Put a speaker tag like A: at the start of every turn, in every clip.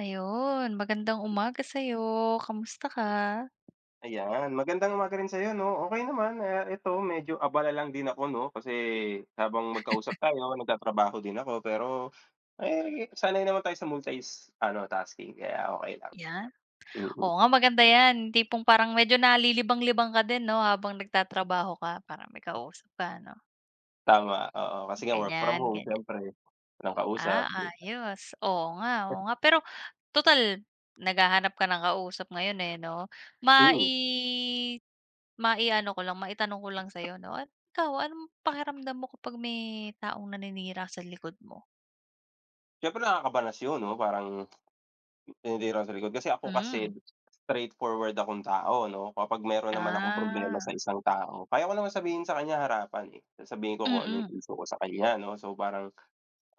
A: Ayun, magandang umaga sa'yo, kamusta ka?
B: Ayan, magandang umaga rin sa'yo 'no. Okay naman, ito medyo abala lang din ako 'no, kasi habang magkausap tayo nagtatrabaho din ako pero, eh, sanay naman tayo sa multis ano, tasking kaya okey lang.
A: 'Yan.
B: Mm,
A: Oo nga, maganda 'yan, tipong parang medyo nalilibang-libang ka din 'no, habang nagtatrabaho ka parang may kausap ka 'no,
B: tama, oo. Kasi nga work from
A: ganyan,
B: home
A: ganyan.
B: siyempre, walang kausap.
A: Ah, ayos, oo nga, oo nga. Pero total naghahanap ka ng kausap ngayon, eh, 'no, mai
B: Mm,
A: mai-ano ko lang, maitanong ko lang sa'yo 'no, at ikaw, anong pakiramdam mo kapag may taong naninira sa likod mo?
B: siyempre nakakabanas yun 'no, parang hindi raw sa likod. Kasi ako
A: Hmm.
B: kasi straightforward akong tao 'no, kapag meron naman akong problema sa
A: Ah.
B: isang tao, kaya ko naman sabihin sa kanya harapan, eh. Sasabihin ko kung ano yung
A: Mm.
B: issue ko sa kanya 'no. So parang,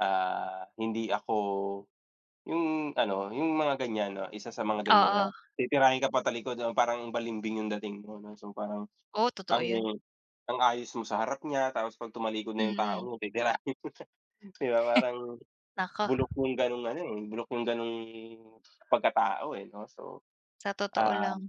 B: hindi ako yung ano, yung mga ganyan 'no, isa sa mga ganyan na
A: Oo.
B: titirahin ka patalikod, oo, parang balimbing yung dating mo 'no. So parang
A: Oo, totoo
B: ang
A: 'yun.
B: ang ayos mo sa harap niya tapos 'pag tumalikod na yung taong
A: Mm.
B: yun titirahin. 'Di ba? Parang
A: Naku,
B: bulok yung gano'ng ano, eh, bulok yung gano'ng pagkatao, eh 'no. So,
A: sa totoo
B: ah
A: lang.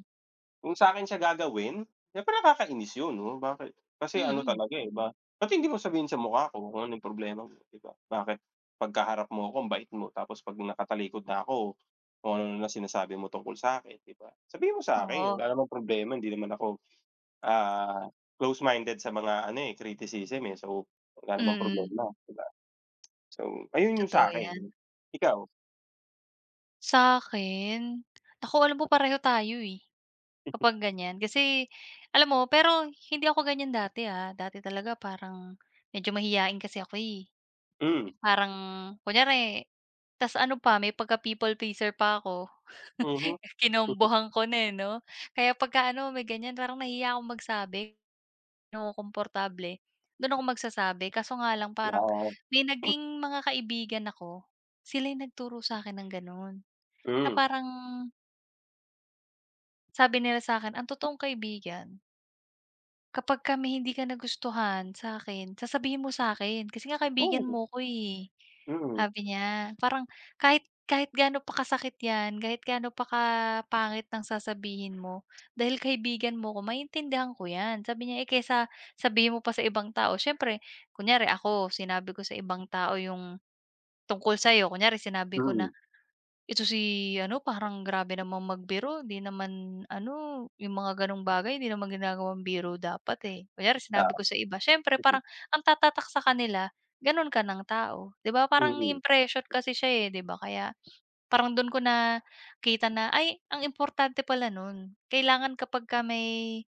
B: Kung sa'kin siya gagawin, siyempre nakakainis yun 'no, bakit, kasi ano
A: Mm.
B: talaga, eh, ba't hindi mo sabihin sa mukha ko kung ano yung problema mo, 'di ba? Bakit pagkaharap mo ako ang bait mo, tapos 'pag nakatalikod na ako, kung ano na sinasabi mo tungkol sa'kin, 'di ba? Sabihin mo sa'kin,
A: Oo.
B: wala namang problema, hindi naman ako, ah, close-minded sa mga ano, eh, criticism, eh, so wala namang
A: Mm.
B: problema, 'di ba? So, ayun yung
A: Totoo
B: sa'kin.
A: 'yan.
B: Ikaw?
A: Sa'kin, naku, alam mo pareho tayo, eh, kapag ganyan. Kasi alam mo, pero hindi ako ganyan dati talaga parang medyo mahiyain kasi ako, eh.
B: Hmm,
A: Parang, kunyari, ta's ano pa, may pagka people pleaser pa ako.
B: mhm.
A: Kinombohan ko na, eh, 'no? Kaya pagka ano may ganyan, parang nahiya akong magsabi ng komportable, do'n ako magsasabi, kaso nga lang parang
B: Oo.
A: may
B: Hmm, oo.
A: naging mga kaibigan ako, sila yung nagturo sa akin ng gano'n, na parang sabi nila sa akin, ang totoong kaibigan, kapag ka may hindi ka nagustuhan sa'kin, sasabihin mo sa'kin kasi nga kaibigan mo ko, eh.
B: Mm, mm,
A: Sabi niya parang, kahit kahit gaano pa kasakit 'yan, kahit gaano pa kapangit ng sasabihin mo, dahil kaibigan mo ko, maintindihan ko 'yan. Sabi niya, eh, kaysa sabihin mo pa sa ibang tao, siyempre kunyari ako sinabi ko sa ibang tao yung tungkol sa'yo, kunyari sinabi ko na,
B: mm.
A: ito si ano, parang grabe namang magbiro, 'di naman ano, yung mga gano'ng bagay, 'di naman ginagawang biro dapat, eh. Kunyari sinabi ko sa iba, siyempre
B: Oo.
A: parang ang tatatak sa kanila, gano'n ka ng tao, 'di ba? Parang
B: Mm,
A: impression kasi siya, eh, 'di ba? Kaya parang do'n ko na kita na, ay, ang importante pala nun, kailangan kapagka may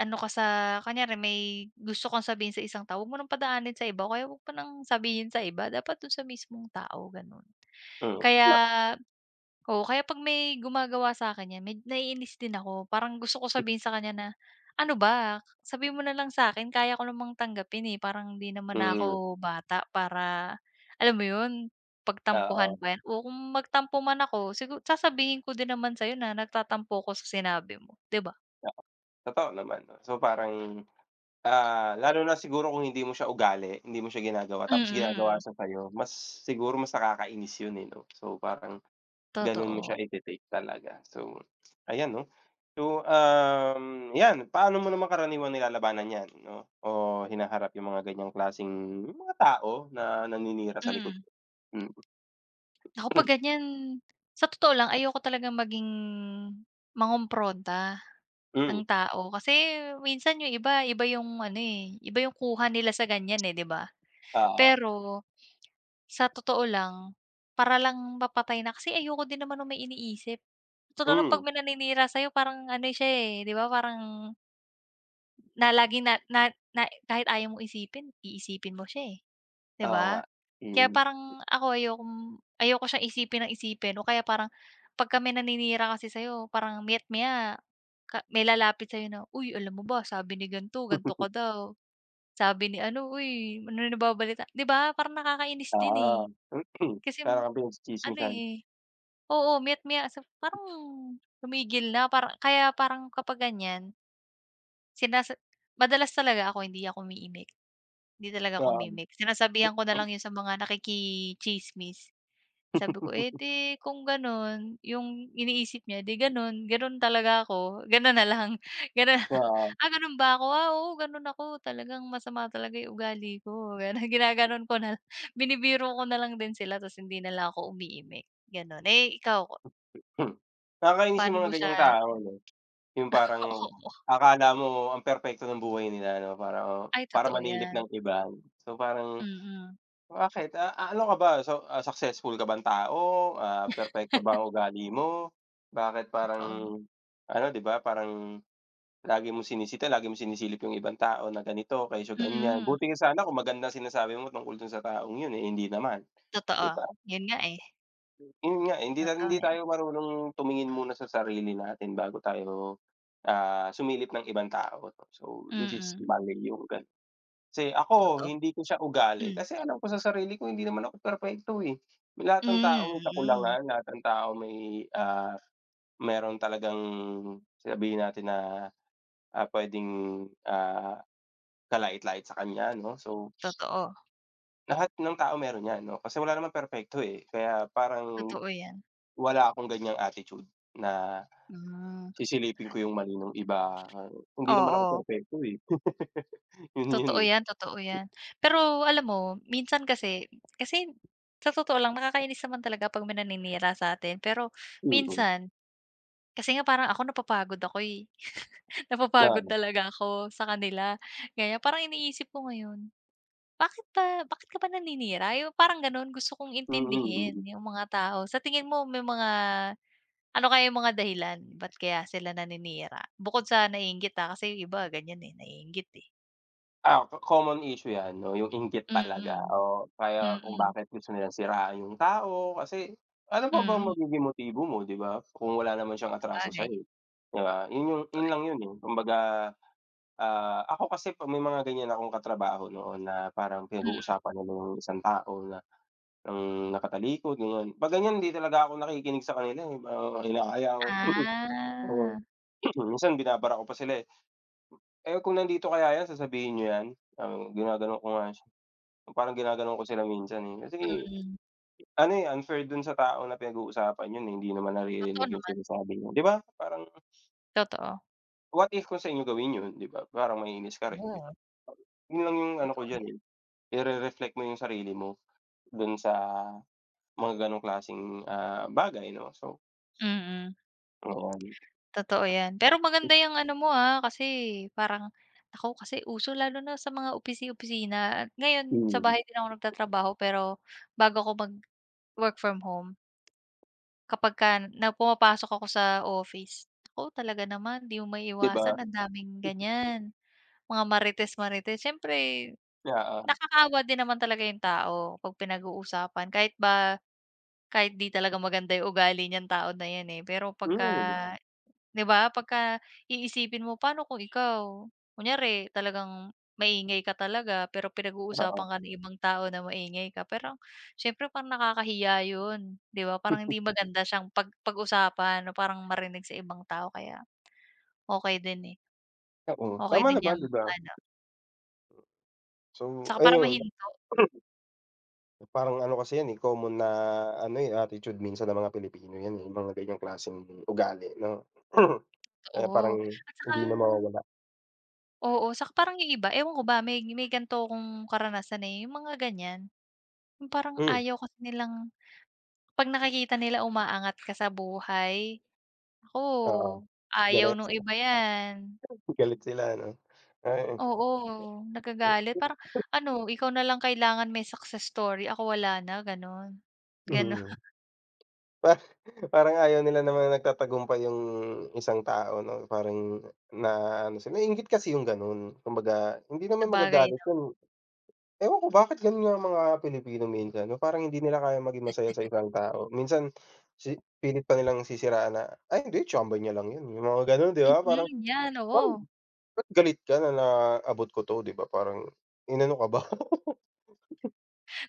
A: ano ka, sa kunyari may gusto kang sabihin sa isang tao, huwag mo ng padaanin sa iba, o kaya huwag mo ng sabihin sa iba, dapat do'n sa mismong tao, gano'n.
B: mm,
A: Kaya
B: tama,
A: Oo, kaya 'pag may gumagawa sa'kin niyan, med naiinis din ako. Parang gusto ko sabihin sa kanya na, "Ano ba, sabihin mo na lang sa akin, kaya ko namang tanggapin, eh, parang hindi naman na
B: mm,
A: ako bata para," alam mo 'yun,
B: oo,
A: pagtampuhan pa 'yan. Oo, kung magtampo man ako, sasabihin ko din naman sa'yo na nagtatampo ako sa sinabi mo, 'di ba?
B: oo, totoo naman 'no. So parang, lalo na siguro kung hindi mo siya ugali, hindi mo siya ginagawa tapos ginagawa
A: Mm.
B: siya sa'yo, mas siguro mas nakakainis 'yun, eh, 'no. So parang gano'n mo
A: Totoo.
B: siya ite-take talaga. So ayan 'no. So, 'yan, paano mo naman karaniwang nilalabanan 'yan 'no o hinaharap yung mga ganiyang klaseng mga tao na naninira sa likod
A: Mm.
B: mo? Mm,
A: Ako 'pag ganyan, sa totoo lang ayoko talagang maging mangumpronta ng
B: mm,
A: tao. Kasi minsan yung iba, iba yung ano, eh, iba yung kuha nila sa ganyan, eh, 'di ba?
B: oo,
A: Pero sa totoo lang, para lang mapatay na, kasi ayoko din naman nung may iniisip. Sa totoo lang
B: hmm,
A: 'pag may naninira sa'yo, parang ano siya, eh, 'di ba, parang na laging na na na kahit ayaw mo isipin, iisipin mo siya, eh, 'di
B: oo nga,
A: ba? Kaya
B: mm.
A: parang ako ayoko siyang isipin nang isipin, o kaya parang pagka may naninira kasi sa'yo, parang maya't maya ka may lalapit sa'yo na, "Uy, alam mo ba, sabi ni gan'to, gan'to ka daw. Sabi ni ano, uy, ano na nababalita," 'di ba, parang nakakainis din,
B: Oo.
A: eh. Kasi
B: Para kang
A: ano,
B: pinagsismisan.
A: eh, oo, maya't maya sa parang tumigil na, parang kaya parang kapag ganyan sinas madalas talaga ako, hindi ako umiimik, hindi talaga ako
B: Oo,
A: umimik. Sinasabihan ko na lang 'yun sa mga nakikitsismis. Sabi ko, eh, 'di kung gano'n, yung iniisip niya, 'di gano'n, gano'n talaga ako, gano'n na lang, gano'n na
B: oo.
A: "Ah, gano'n ba ako? Ah, oo, gano'n ako, talagang masama talaga yung ugali ko." Gano'n, ginagano'n ko na lang, binibiro ko na lang din sila ta's hindi na lang ako umiimik, gano'n. Eh, ikaw,
B: Hmm. Nakakainis
A: paano
B: yung
A: mo
B: mga ganyang
A: siya
B: tao 'no, yung parang
A: oo,
B: akala mo ang perpekto ng buhay nila 'no, para oh,
A: ay
B: para
A: totoo
B: manilip
A: 'yan.
B: ng iba. So parang,
A: Mm,
B: bakit, ano ka ba, so, successful ka bang tao, perpekto ba ang ugali mo? Bakit parang
A: totoo.
B: ano 'di ba, parang lagi mong sinisita, lagi mong sinisilip yung ibang tao na ganito, kesyo ganyan.
A: Mm,
B: Buti nga sana kung maganda ang sinasabi mo tungkol dun sa taong yun, eh, hindi naman,
A: totoo.
B: 'di ba?
A: 'Yun nga, eh,
B: Yun nga, eh, hindi ta
A: totoo
B: hindi
A: 'yan.
B: tayo marunong tumingin muna sa sarili natin bago tayo, sumilip ng ibang tao 'no. So, which is
A: Mm,
B: mali yung gano'n. Kasi ako
A: totoo.
B: hindi ko siya ugali
A: Mm.
B: kasi alam ko sa sarili ko hindi naman ako perpekto, eh. Lahat ng tao
A: Mm.
B: may
A: Mm,
B: kakulangan, lahat ng tao may, meron talagang sabihin natin na, puwedeng, kalait-lait sa kanya 'no. So,
A: totoo,
B: lahat ng tao meron 'yan 'no, kasi wala namang perpekto, eh. Kaya parang
A: totoo 'yan.
B: wala akong ganiyang attitude na
A: Hmm,
B: sisilipin ko yung mali nung iba, hindi naman ako
A: oo.
B: perpekto, eh. Yun yun,
A: Totoo
B: eh,
A: 'yan, totoo 'yan. Pero alam mo, minsan kasi kasi sa totoo lang nakakainis naman talaga 'pag may naninira sa atin. Pero
B: mm,
A: minsan, kasi nga parang ako napapagod ako, eh. Napapagod
B: oo,
A: talaga ako sa kanila, ganyan. Parang iniisip ko ngayon, bakit ka ba naninira? Yung parang gano'n, gusto kong
B: mm,
A: intindihin
B: mm.
A: yung mga tao. Sa tingin mo may mga ano kaya yung mga dahilan ba't kaya sila naninira? Bukod sa naiinggit, ah, kasi yung iba ganyan, eh, naiinggit, eh.
B: Ah, common issue 'yan 'no, yung inggit talaga
A: Mm.
B: o kaya kung
A: Mm.
B: bakit gusto nilang siraan yung tao kasi ano pa bang
A: Mm.
B: magiging motibo mo 'di ba, kung wala naman siyang atraso
A: Sabagay.
B: sa'yo, 'di ba? Yun yung yun lang yun, eh, kumbaga, ako kasi 'pag may mga ganyan akong katrabaho noon na parang
A: Mm.
B: pinag-uusapan nila yung isang tao na ng nakatalikod ganyan, 'pag ganyan hindi talaga ako nakikinig sa kanila, eh, hinahayaan ko. Oo,
A: Ah.
B: minsan binabara ko pa sila, eh. "Eh, kung nandito kaya 'yan sasabihin niyo 'yan?" Parang ginaganon ko nga siya, parang ginaganon ko sila minsan, eh, kasi
A: Mm.
B: ano, eh, unfair dun sa tao na pinag-uusapan yun, eh, hindi naman
A: Totoo
B: naririnig yung
A: naman,
B: sinasabi mo, 'di ba? Parang
A: totoo.
B: what if kung sa inyo gawin yun, 'di ba? Parang maiinis ka rin, 'di
A: Oo,
B: ba? Yun lang yung ano ko
A: totoo
B: diyan,
A: yan.
B: eh, ire-reflect mo yung sarili mo dun sa mga ganong klaseng, bagay 'no, so
A: Mm.
B: ayan.
A: Totoo yan. Pero maganda yang ano mo, ah, kasi parang, naku, kasi uso lalo na sa mga opisi-opisina, at ngayon sa
B: Mm,
A: bahay din ako nagtatrabaho, pero bago ako mag-work from home, kapagka na pumapasok ako sa office, naku talaga naman 'di mo
B: 'di
A: maiiwasan
B: ba?
A: ang daming ganyan. Mga marites-marites siyempre,
B: Oo,
A: nakakaawa din naman talaga yung tao 'pag pinag-uusapan, kahit 'di talaga maganda yung ugali niyang tao na 'yan, eh, pero pagka
B: hmm,
A: Mm. 'di ba, pagka iisipin mo, paano kung ikaw, kunyari talagang maingay ka talaga, pero pinag-uusapan
B: oo.
A: ka ng ibang tao na maingay ka, pero siyempre parang nakakahiya yun, 'di ba? Parang hindi maganda siyang pag-usapan, o parang marinig sa ibang tao, kaya okay din, eh,
B: Oo,
A: okey
B: tama
A: din
B: naman,
A: yang
B: 'di ba?
A: ano,
B: So,
A: 'tsaka para
B: ayun.
A: mahinto.
B: Parang ano kasi 'yan, eh, common na ano, eh, attitude minsan ng mga Pilipino 'yan, eh, yung mga ganyang klaseng ugali, 'no? Kaya parang
A: Totoo. At saka,
B: hindi na mawawala.
A: oo, saka parang yung iba, ewan ko ba, may ganito akong karanasan, eh, yung mga ganyan, yung parang
B: Hmm,
A: ayaw kasi nilang 'pag nakikita nila umaangat ka sa buhay, naku,
B: oo,
A: ayaw
B: galit.
A: nung iba 'yan.
B: Galit sila, 'no? Ay,
A: Oo, nagagalit parang ano, ikaw na lang kailangan may success story, ako wala na gano'n. Gano'n,
B: mm. Pa parang ayaw nila naman nagtatagumpay yung isang tao, 'no? Parang na ano sila, naiinggit kasi yung gano'n. Kumbaga, hindi naman
A: sabagay
B: magagalit
A: 'no,
B: yun. Ewan ko bakit ganun nga ang mga Pilipino minsan 'no, parang hindi nila kayang maging masaya sa isang tao. Minsan si pilit pa nilang sisiraan na, "Ay hindi, tiyambay niya lang 'yun." Yung mga gano'n, 'di ba?
A: mm,
B: Parang
A: 'yan,
B: parang
A: oo,
B: ba't galit ka na naabot ko 'to, 'di ba? Parang inano ka ba?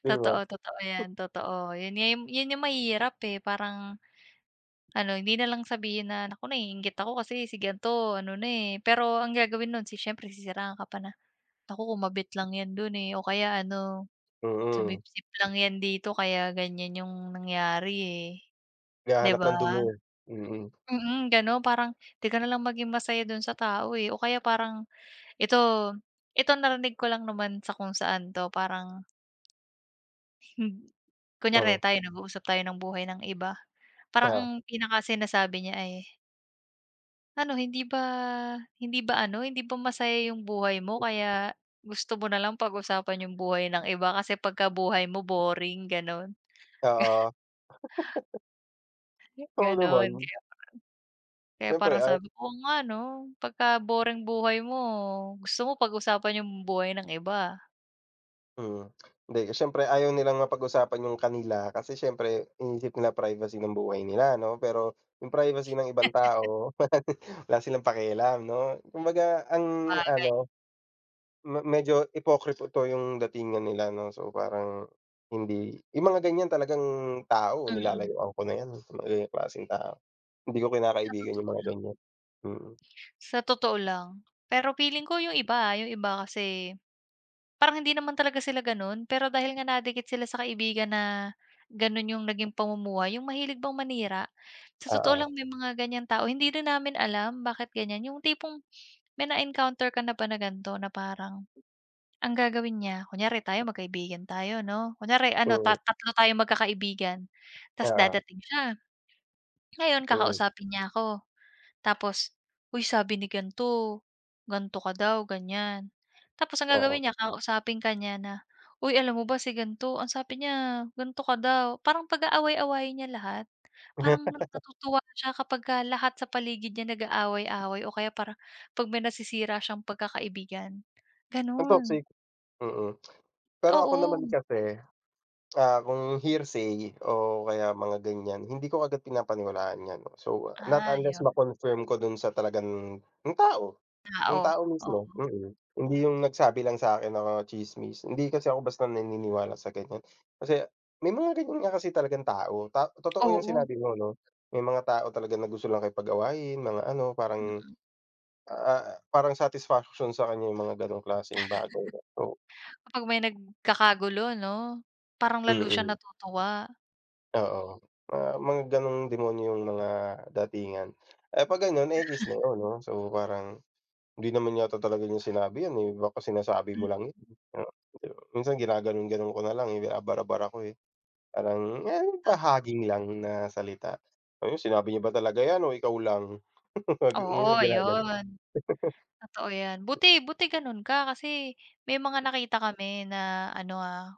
B: 'Di ba?
A: totoo, totoo 'yan, totoo. 'Yun nga, 'yun yung mahirap, eh, parang, ano, hindi na lang sabihin na, "Naku, naiinggit ako kasi si gan'to ano na, eh." Pero ang gagawin nun, siyempre sisiraan ka pa na, "Naku, kumabit lang 'yan dun, eh, o kaya ano,
B: Mm,
A: sumipsip lang 'yan dito, kaya ganyan yung nangyari, eh." 'Di
B: naghahanap
A: ba?
B: ng dumi, mm,
A: Mm. Gano'n, parang 'di ka na lang maging masaya dun sa tao, eh, o kaya parang ito ito narinig ko lang naman sa kung saan 'to, parang kunyari
B: oo,
A: tayo nag-uusap tayo ng buhay ng iba, parang ang
B: oo,
A: pinaka sinasabi niya ay, ano, hindi ba masaya yung buhay mo, kaya gusto mo na lang pag-usapan yung buhay ng iba kasi pagka buhay mo boring gano'n,
B: oo. Oo
A: gano'n.
B: naman,
A: Kaya kaya
B: siyempre
A: parang
B: ay
A: sabi ko, "Oo nga 'no, pagka boring buhay mo, gusto mo pag-usapan yung buhay ng iba."
B: mm. Hindi, siyempre ayaw nilang mapag-usapan yung kanila kasi siyempre iniisip nila privacy ng buhay nila 'no, pero yung privacy ng ibang tao, wala silang pakialam 'no? Kumbaga ang
A: Sabagay,
B: ano, medyo ipokripto yung datingan nila 'no, so parang hindi, yung mga ganyan talagang tao,
A: mm,
B: nilalayuan ko na 'yan, mga ganyang klaseng tao. Hindi ko
A: sa
B: kinakaibigan yung
A: totoo
B: mga
A: lang
B: ganyan. Mm,
A: sa totoo lang. Pero feeling ko yung iba kasi parang hindi naman talaga sila gano'n, pero dahil nga nadikit sila sa kaibigan na gano'n, yung naging pamumuhay, yung mahilig bang manira. Sa totoo
B: oo,
A: lang may mga ganiyang tao, hindi rin namin alam bakit ganiyan, yung tipong may na-encounter ka na ba na ganito na parang, ang gagawin niya, kunyari tayo magkaibigan tayo 'no, kunyari ano,
B: mm,
A: tatlo tayong magkakaibigan, ta's
B: oo,
A: dadating siya, ngayon
B: mm,
A: kakausapin niya ako. Tapos, "Uy, sabi ni gan'to, gan'to ka daw," ganyan. Tapos ang
B: oo.
A: gagawin niya, kakausapin ka niya na, "Uy, alam mo ba si gan'to, ang sabi niya gan'to ka daw." Parang pag-aaway-awayin niya lahat. Parang natutuwa siya kapagka lahat sa paligid niya nag-aaway-away, o kaya para 'pag may nasisira siyang pagkakaibigan,
B: Ang
A: gano'n.
B: toxic, mm. Pero ako
A: Oo.
B: naman kasi, kung hearsay o kaya mga ganyan, hindi ko agad pinapaniwalaan 'yan 'no. So, not
A: Ah,
B: unless
A: 'yon.
B: ma-confirm ko dun sa talagang yung tao.
A: Ah.
B: Yung
A: Oh,
B: tao
A: oo.
B: mismo, mm. Hindi yung nagsabi lang sa'kin na tsismis, hindi kasi ako basta naniniwala sa ganiyan. Kasi may mga ganiyan nga kasi talagang tao, ta totoo yung
A: Oo.
B: sinabi mo 'no, may mga tao talaga na gusto lang kipag-awayin, mga ano, parang,
A: Mm.
B: ah, ah, parang satisfaction sa kanya yung mga gano'ng klaseng bagay. So
A: Kapag may nagkakagulo 'no, parang lalo siya
B: mm,
A: natutuwa.
B: oo. Mga gano'ng demonyo yung mga datingan. Eh, 'pag gano'n ekis na yun 'no, so parang hindi naman yata talaga niya sinabi 'yan, eh, baka sinasabi mo
A: Mm.
B: lang 'yan, oo, di ba? Minsan ginaganon-ganon ko na lang, eh, binabara-bara ko, eh, parang, eh, pahaging lang na salita. Ayun, sinabi niya ba talaga 'yan o ikaw lang? Minsan
A: Oo,
B: ginaganon,
A: yun. Totoo yan. Buti, buti ganun ka, kasi may mga nakita kami na ano, ah,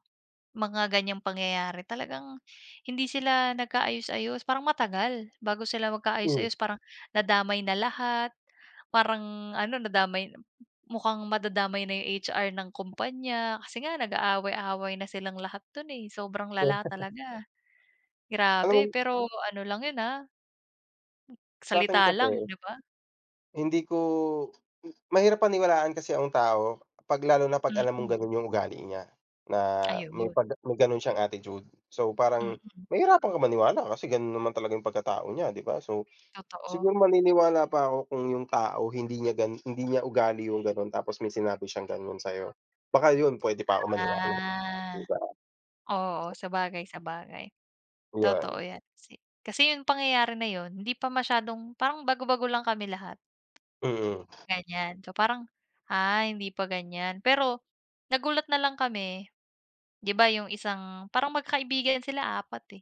A: mga ganiyang pangyayari, talagang hindi sila nagkaayos-ayos, parang matagal bago sila
B: hmm,
A: magkaayos-ayos. Parang nadamay na lahat, parang ano, nadamay, mukhang madadamay na yung HR ng kumpanya kasi nga nag-aaway-away na silang lahat dun, eh, sobrang lala
B: hmm.
A: talaga.
B: Alam mo
A: Grabe, pero ano lang yun, ah,
B: sa'kin
A: salita lang,
B: kasi
A: 'di ba?
B: hindi ko, mahirap paniwalaan kasi ang tao 'pag lalo na 'pag alam mong
A: Mm,
B: gano'n yung ugali niya, na
A: ayun.
B: may gano'n siyang attitude. So, parang
A: Mm.
B: mahihirapan kang maniwala kasi gano'n naman talaga yung pagkatao niya, di ba? So
A: Totoo.
B: siguro maniniwala pa ako kung yung tao hindi niya ugali yung gano'n tapos may sinabi siyang ganun sa'yo. Baka yun puwede pa ako maniwala,
A: Ah,
B: 'di ba?
A: oo, sabagay, sabagay. Totoo
B: Yun,
A: 'yan kasi. Kasi yung pangyayari na yun hindi pa masyadong parang bago-bago lang kami lahat,
B: mm,
A: ganyan. So parang, ah, hindi pa ganyan. Pero nagulat na lang kami, 'di ba yung isang parang magkaibigan sila apat, eh.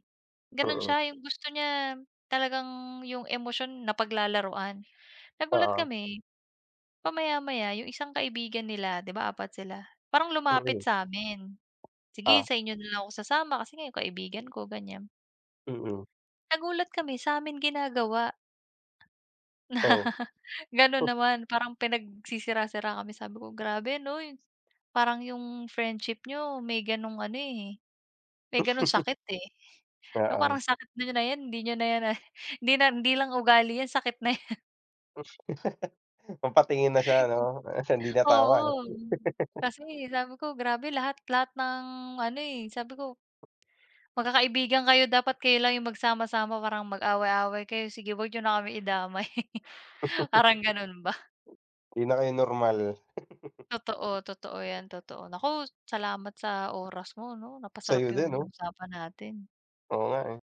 A: Gano'n
B: mm,
A: siya, yung gusto niya talagang yung emosyon napaglalaruan. Nagulat
B: oo,
A: kami, pa maya-maya yung isang kaibigan nila, 'di ba apat sila, parang lumapit
B: mm,
A: sa sa'min. Sige,
B: ah,
A: sa inyo na lang ako sasama kasi nga yung kaibigan ko ganyan.
B: mm,
A: Nagulat kami, sa'min ginagawa
B: oh.
A: gano'n naman, parang pinagsisira-sira kami. Sabi ko, "Grabe 'no yung, parang yung friendship nyo may gano'ng ano, eh, may gano'ng sakit, eh." So, parang sakit niyo na 'yan, hindi niyo na 'yan, ah, hindi lang ugali 'yan, sakit na 'yan.
B: Oo. Papatingin na siya 'no. Hindi na tama, eh,
A: Oo, kasi sabi ko grabe, lahat lahat ng ano, eh, sabi ko, magkakaibigan kayo, dapat kayo lang yung magsama-sama, parang mag-away-away kayo, sige wag niyo na kami idamay. Parang ganun ba?
B: hindi na kayo normal.
A: Totoo, totoo yan, totoo. Naku, salamat sa oras mo 'no, napasarap
B: Sa'yo
A: yung
B: din 'no?
A: usapan natin.
B: Oo nga, eh.